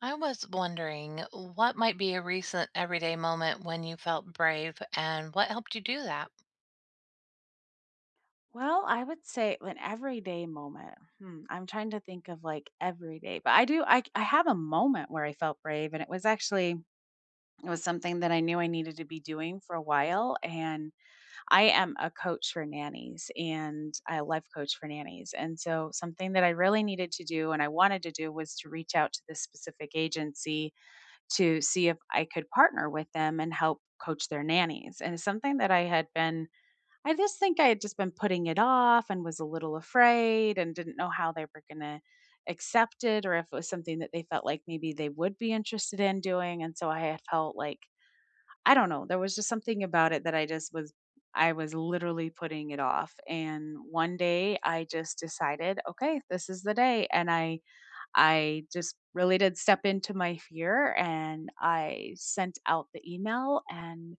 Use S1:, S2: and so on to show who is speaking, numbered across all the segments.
S1: I was wondering what might be a recent everyday moment when you felt brave and what helped you do that.
S2: Well, I would say an everyday moment. Hmm, I'm trying to think of like every day, but I do. I have a moment where I felt brave, and it was something that I knew I needed to be doing for a while. And I am a coach for nannies and a life coach for nannies, and so something that I really needed to do and I wanted to do was to reach out to this specific agency to see if I could partner with them and help coach their nannies. And it's something that I just think I had just been putting it off and was a little afraid and didn't know how they were going to accept it or if it was something that they felt like maybe they would be interested in doing. And so I had felt like, I don't know, there was just something about it that I just was, I was literally putting it off. And one day I just decided, okay, this is the day. And I just really did step into my fear and I sent out the email and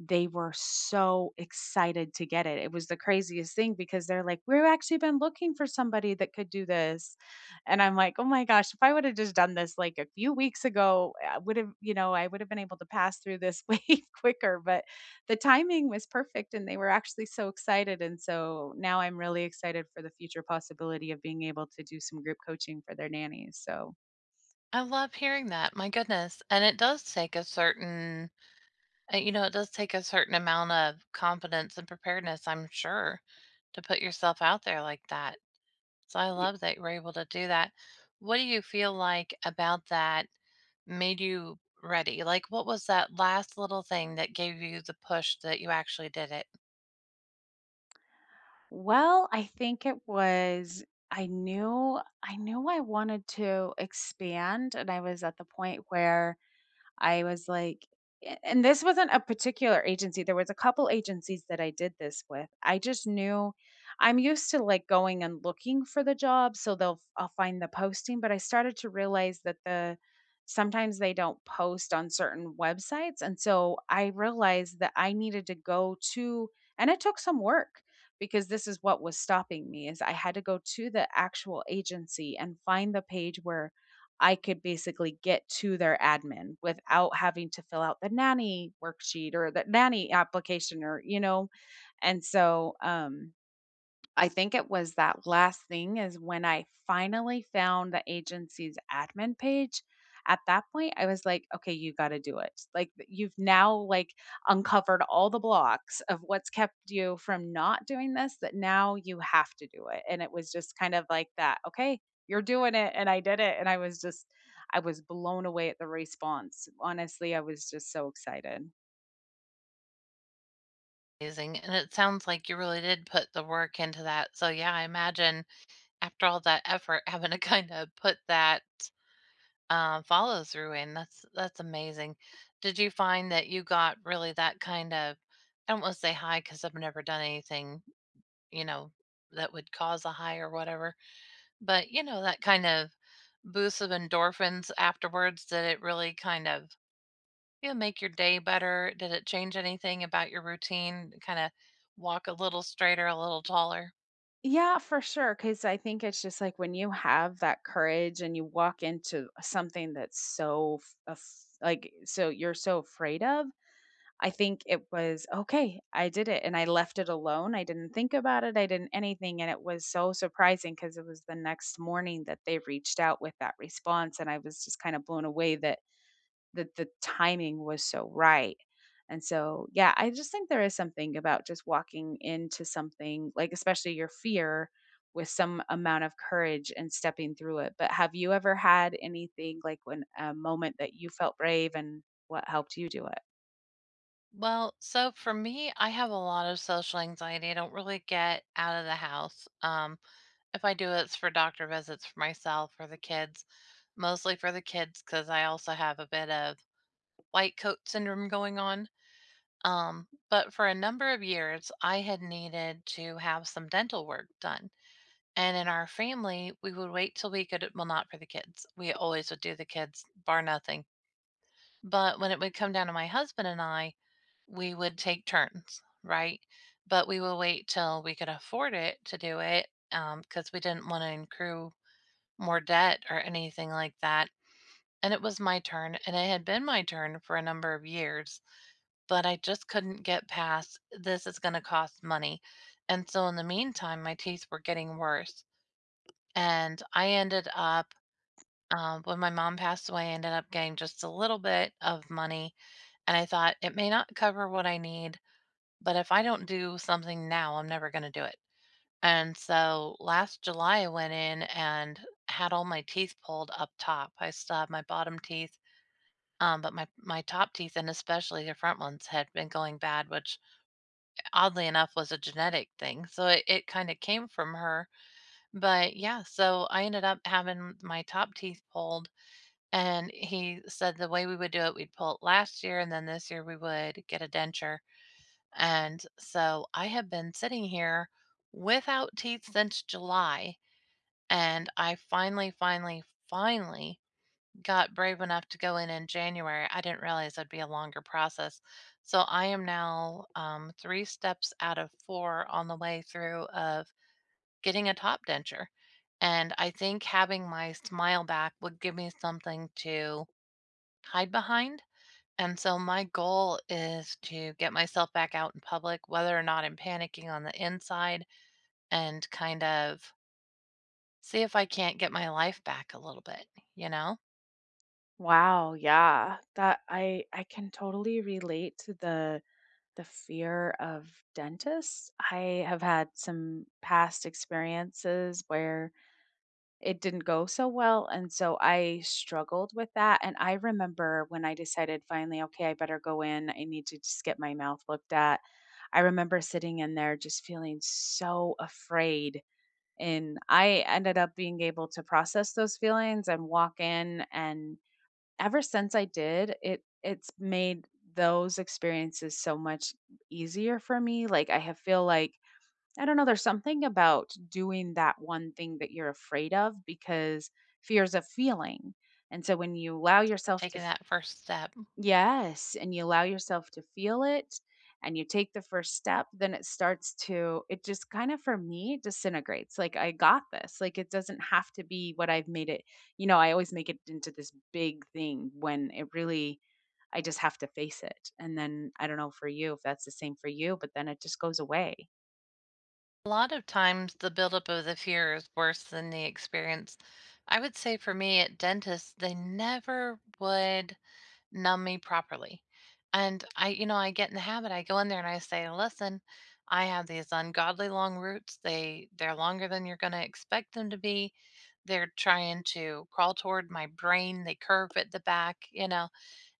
S2: they were so excited to get it. It was the craziest thing because they're like, "We've actually been looking for somebody that could do this." And I'm like, "Oh my gosh, if I would have just done this like a few weeks ago, I would have, I would have been able to pass through this way quicker." But the timing was perfect and they were actually so excited and so now I'm really excited for the future possibility of being able to do some group coaching for their nannies.
S1: I love hearing that. My goodness. And it does take a certain, it does take a certain amount of confidence and preparedness, I'm sure, to put yourself out there like that. So I
S2: Y-
S1: love that you were able to do that. What do you feel like about that made you ready? Like, what was that last little thing that gave you the push that you actually did it?
S2: well, I think it was I knew I wanted to expand and I was at the point where I was like a and this wasn't a particular agency, there was a couple agencies that I did this with. I just knew I'm used to, like, going and looking for the job, so they'll I'll find the posting, but I started to realize that the sometimes they don't post on certain websites, and so I realized that I needed to go to and it took some work because this is what was stopping me, is I had to go to the actual agency and find the page where I could basically get to their admin without having to fill out the nanny worksheet or the nanny application, and so, I think it was that last thing is when I finally found the agency's admin page. At that point, I was like, "Okay, you got to do it." Like you've now like uncovered all the blocks of what's kept you from not doing this that now you have to do it. And it was just kind of like that, okay, you're doing it and I did it and I was just I was blown away at the response. Honestly, I was just so excited.
S1: Amazing, and it sounds like you really did put the work into that. So, yeah, I imagine after all that effort, having to kinda put that, follow through in, that's amazing. Did you find that you got really that kind of, I don't wanna say high because 'cause I've never done anything, you know, that would cause a high or whatever, but, you know, that kind of boost of endorphins afterwards, that it really kind of, you know, make your day better? Did it change anything about your routine? Kind of walk a little straighter, a little taller?
S2: Yeah, for sure. 'Cause I think it's just like when you have that courage and you walk into something that's so like, so you're so afraid of, I think it was okay, I did it and I left it alone. I didn't think about it. I didn't anything. And it was so surprising because it was the next morning that they reached out with that response. And I was just kind of blown away that the timing was so right. And so, yeah, I just think there is something about just walking into something, like especially your fear with some amount of courage and stepping through it. But have you ever had anything like when a moment that you felt brave and what helped you do it?
S1: Well, so for me, I have a lot of social anxiety. I don't really get out of the house. If I do, it's for doctor visits for myself or the kids, mostly for the kids, because I also have a bit of white coat syndrome going on. But for a number of years, I had needed to have some dental work done. And in our family, we would wait till we could, well, not for the kids. We always would do the kids, bar nothing. But when it would come down to my husband and I, we would take turns, right? But we would wait till we could afford it to do it, because we didn't want to accrue more debt or anything like that. And it was my turn, and it had been my turn for a number of years, but I just couldn't get past this is going to cost money. And so, in the meantime, my teeth were getting worse. And I ended up, when my mom passed away, I ended up getting just a little bit of money, and I thought it may not cover what I need, but if I don't do something now, I'm never going to do it. And so last July, I went in and had all my teeth pulled up top. I still have my bottom teeth, but my top teeth and especially the front ones had been going bad, which oddly enough was a genetic thing. So it kind of came from her. But yeah, so I ended up having my top teeth pulled. And he said the way we would do it, we'd pull it last year, and then this year we would get a denture. And so I have been sitting here without teeth since July. And I finally, finally, finally got brave enough to go in January. I didn't realize it'd be a longer process. So I am now three steps out of four on the way through of getting a top denture. And I think having my smile back would give me something to hide behind. And so my goal is to get myself back out in public, whether or not I'm panicking on the inside, and kind of see if I can't get my life back a little bit, you know,
S2: Wow, yeah. That I can totally relate to the fear of dentists. I have had some past experiences where it didn't go so well, and so I struggled with that, and I remember when I decided finally, "Okay, I better go in, I need to just get my mouth looked at." I remember sitting in there just feeling so afraid, and I ended up being able to process those feelings and walk in, and ever since I did, it's made those experiences so much easier for me, like, I have feel like I don't know, there's something about doing that one thing that you're afraid of because fear is a feeling. And so when you allow yourself to,
S1: taking that first step.
S2: yes, and you allow yourself to feel it and you take the first step, then it starts to, it just kind of for me disintegrates. Like, I got this. Like, it doesn't have to be what I've made it. You know, I always make it into this big thing when it really, I just have to face it. And then I don't know for you if that's the same for you, but then it just goes away.
S1: A lot of times the buildup of the fear is worse than the experience. I would say for me at dentists, they never would numb me properly. And I, you know, I get in the habit. I go in there and I say, "Listen, I have these ungodly long roots. They're longer than you're going to expect them to be. They're trying to crawl toward my brain. They curve at the back, you know."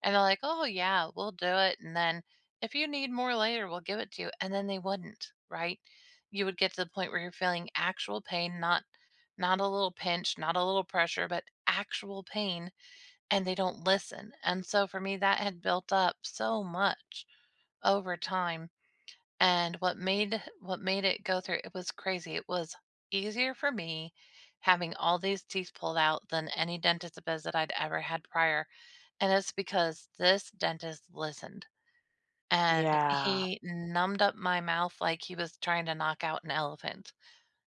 S1: And they're like, "Oh yeah, we'll do it." And then if you need more later, we'll give it to you. And then they wouldn't, right? You would get to the point where you're feeling actual pain, not not a little pinch, not a little pressure, but actual pain, and they don't listen, and so for me, that had built up so much over time, and what made it go through it was crazy. It was easier for me having all these teeth pulled out than any dentist visit that I'd ever had prior, and it's because this dentist listened, and
S2: Yeah.
S1: he numbed up my mouth like he was trying to knock out an elephant,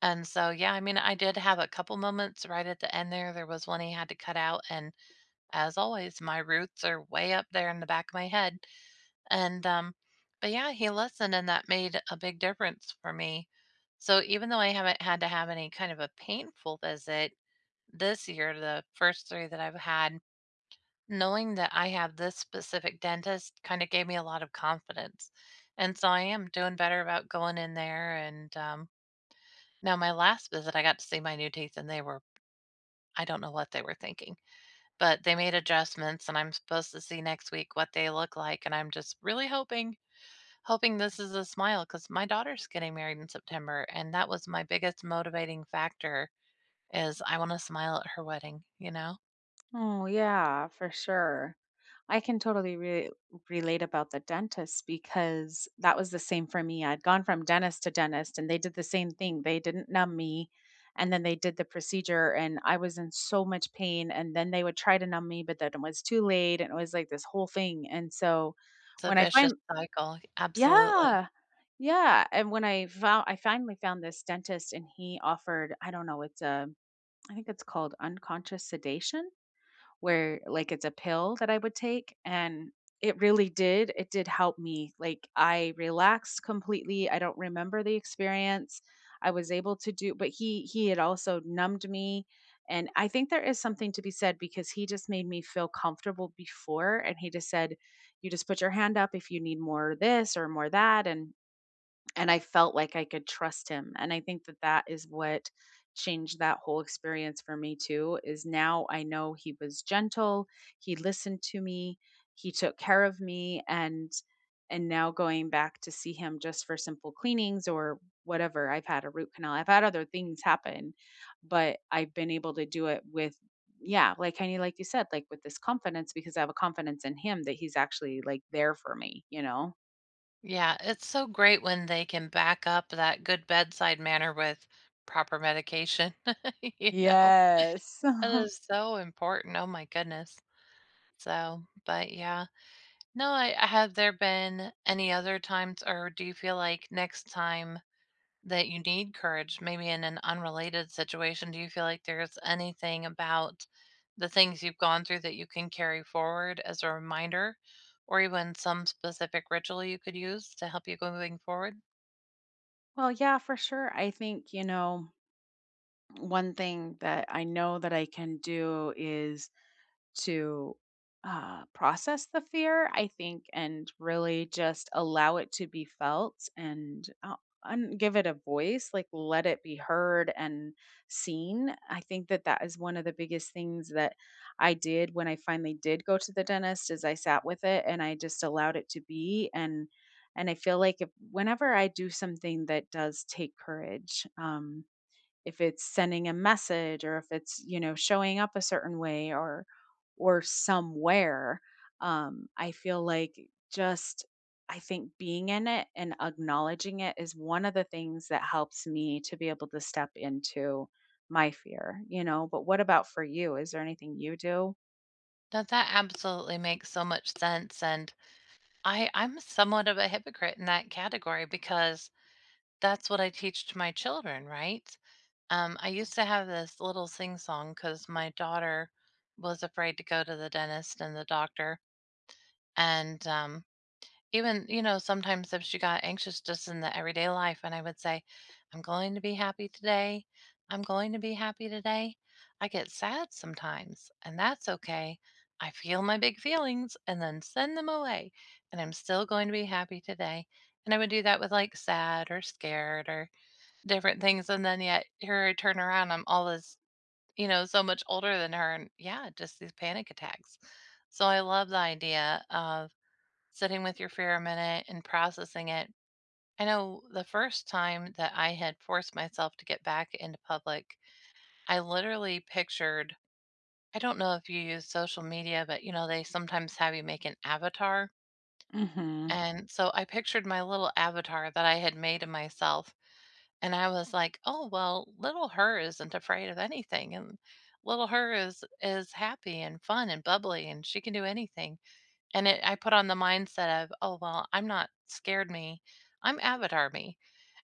S1: and so, yeah, I mean, I did have a couple moments right at the end there. There was one he had to cut out, and as always, my roots are way up there in the back of my head. And, but yeah, he listened and that made a big difference for me. So even though I haven't had to have any kind of a painful visit this year, the first three that I've had, knowing that I have this specific dentist kind of gave me a lot of confidence. And so I am doing better about going in there. And now, my last visit, I got to see my new teeth and they were, I don't know what they were thinking, but they made adjustments and I'm supposed to see next week what they look like and I'm just really hoping this is a smile cuz my daughter's getting married in September and that was my biggest motivating factor is I want to smile at her wedding, you know?
S2: Oh, yeah, for sure. I can totally relate about the dentist because that was the same for me. I'd gone from dentist to dentist and they did the same thing. They didn't numb me and then they did the procedure and I was in so much pain and then they would try to numb me but then it was too late and it was like this whole thing. And so
S1: It's a
S2: when I
S1: vicious
S2: find
S1: cycle. Absolutely.
S2: Yeah, yeah, and when I finally found this dentist and he offered, I don't know, it's a I think it's called unconscious sedation where like it's a pill that I would take and it did help me. Like I relaxed completely. I don't remember the experience. I was able to do but he had also numbed me and I think there is something to be said because he just made me feel comfortable before and he just said you just put your hand up if you need more of this or more that and I felt like I could trust him, and I think that that is what changed that whole experience for me too, is now I know he was gentle, he listened to me, he took care of me, and now going back to see him just for simple cleanings or whatever. I've had a root canal. I've had other things happen, but I've been able to do it with yeah, like kinda like you said, like with this confidence because I have a confidence in him that he's actually like there for me, you know?
S1: Yeah, it's so great when they can back up that good bedside manner with proper medication, you know?
S2: Yes.
S1: That is so important. Oh my goodness. So, but yeah, no, I have there been any other times, or do you feel like next time that you need courage, maybe in an unrelated situation, do you feel like there's anything about the things you've gone through that you can carry forward as a reminder, or even some specific ritual you could use to help you going forward?
S2: Well, yeah, for sure. I think, you know, one thing that I know that I can do is to process the fear, I think, and really just allow it to be felt and give it a voice, like let it be heard and seen. I think that that is one of the biggest things that I did when I finally did go to the dentist is I sat with it and I just allowed it to be and I feel like if, whenever I do something that does take courage, if it's sending a message or if it's you know showing up a certain way or somewhere I feel like just I think being in it and acknowledging it is one of the things that helps me to be able to step into my fear. But what about for you, is there anything you do?
S1: That absolutely makes so much sense, and I'm somewhat of a hypocrite in that category because that's what I teach to my children, right? I used to have this little sing song because my daughter was afraid to go to the dentist and the doctor. And even, you know, sometimes if she got anxious just in the everyday life, and I would say, I'm going to be happy today. I'm going to be happy today. I get sad sometimes, and that's okay. I feel my big feelings and then send them away, and I'm still going to be happy today. And I would do that with like sad or scared or different things, and then yet here I turn around, I'm all this, you know, so much older than her, and yeah, just these panic attacks. So I love the idea of sitting with your fear a minute and processing it. I know the first time that I had forced myself to get back into public, I literally pictured, I don't know if you use social media, but you know, they sometimes have you make an avatar.
S2: Hmm.
S1: And so I pictured my little avatar that I had made of myself. And I was like, "Oh, well, little her isn't afraid of anything, and little her is happy and fun and bubbly, and she can do anything." And it, I put on the mindset of, "Oh, well, I'm not scared me, I'm avatar me,"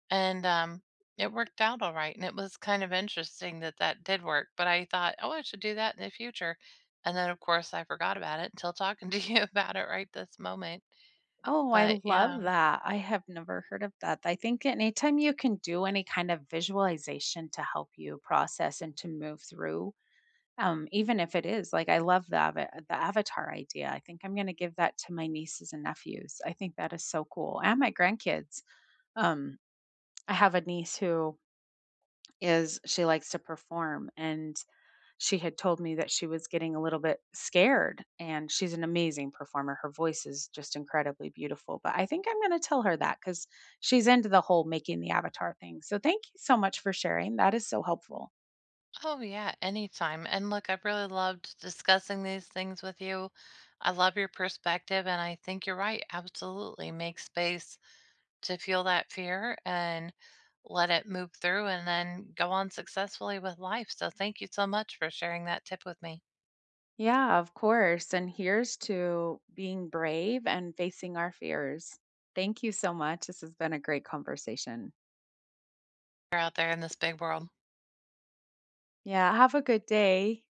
S1: and it worked out all right. And it was kind of interesting that that did work. But I thought, "Oh, I should do that in the future," and then of course I forgot about it until talking to you about it right this moment.
S2: Oh, I
S1: But yeah.
S2: love that. I have never heard of that. I think anytime you can do any kind of visualization to help you process and to move through. Even if it is, like I love the avatar idea. I think I'm gonna give that to my nieces and nephews. I think that is so cool, and my grandkids. Um, I have a niece who is she likes to perform, and she had told me that she was getting a little bit scared, and she's an amazing performer. Her voice is just incredibly beautiful, but I think I'm gonna tell her that because she's into the whole making the avatar thing. So thank you so much for sharing. That is so helpful.
S1: Oh, yeah, anytime. And look, I really loved discussing these things with you. I love your perspective, and I think you're right. Absolutely. Make space to feel that fear and let it move through and then go on successfully with life. So, thank you so much for sharing that tip with me.
S2: Yeah, of course. And here's to being brave and facing our fears. Thank you so much. This has been a great conversation.
S1: You're out there in this big world.
S2: Yeah, have a good day.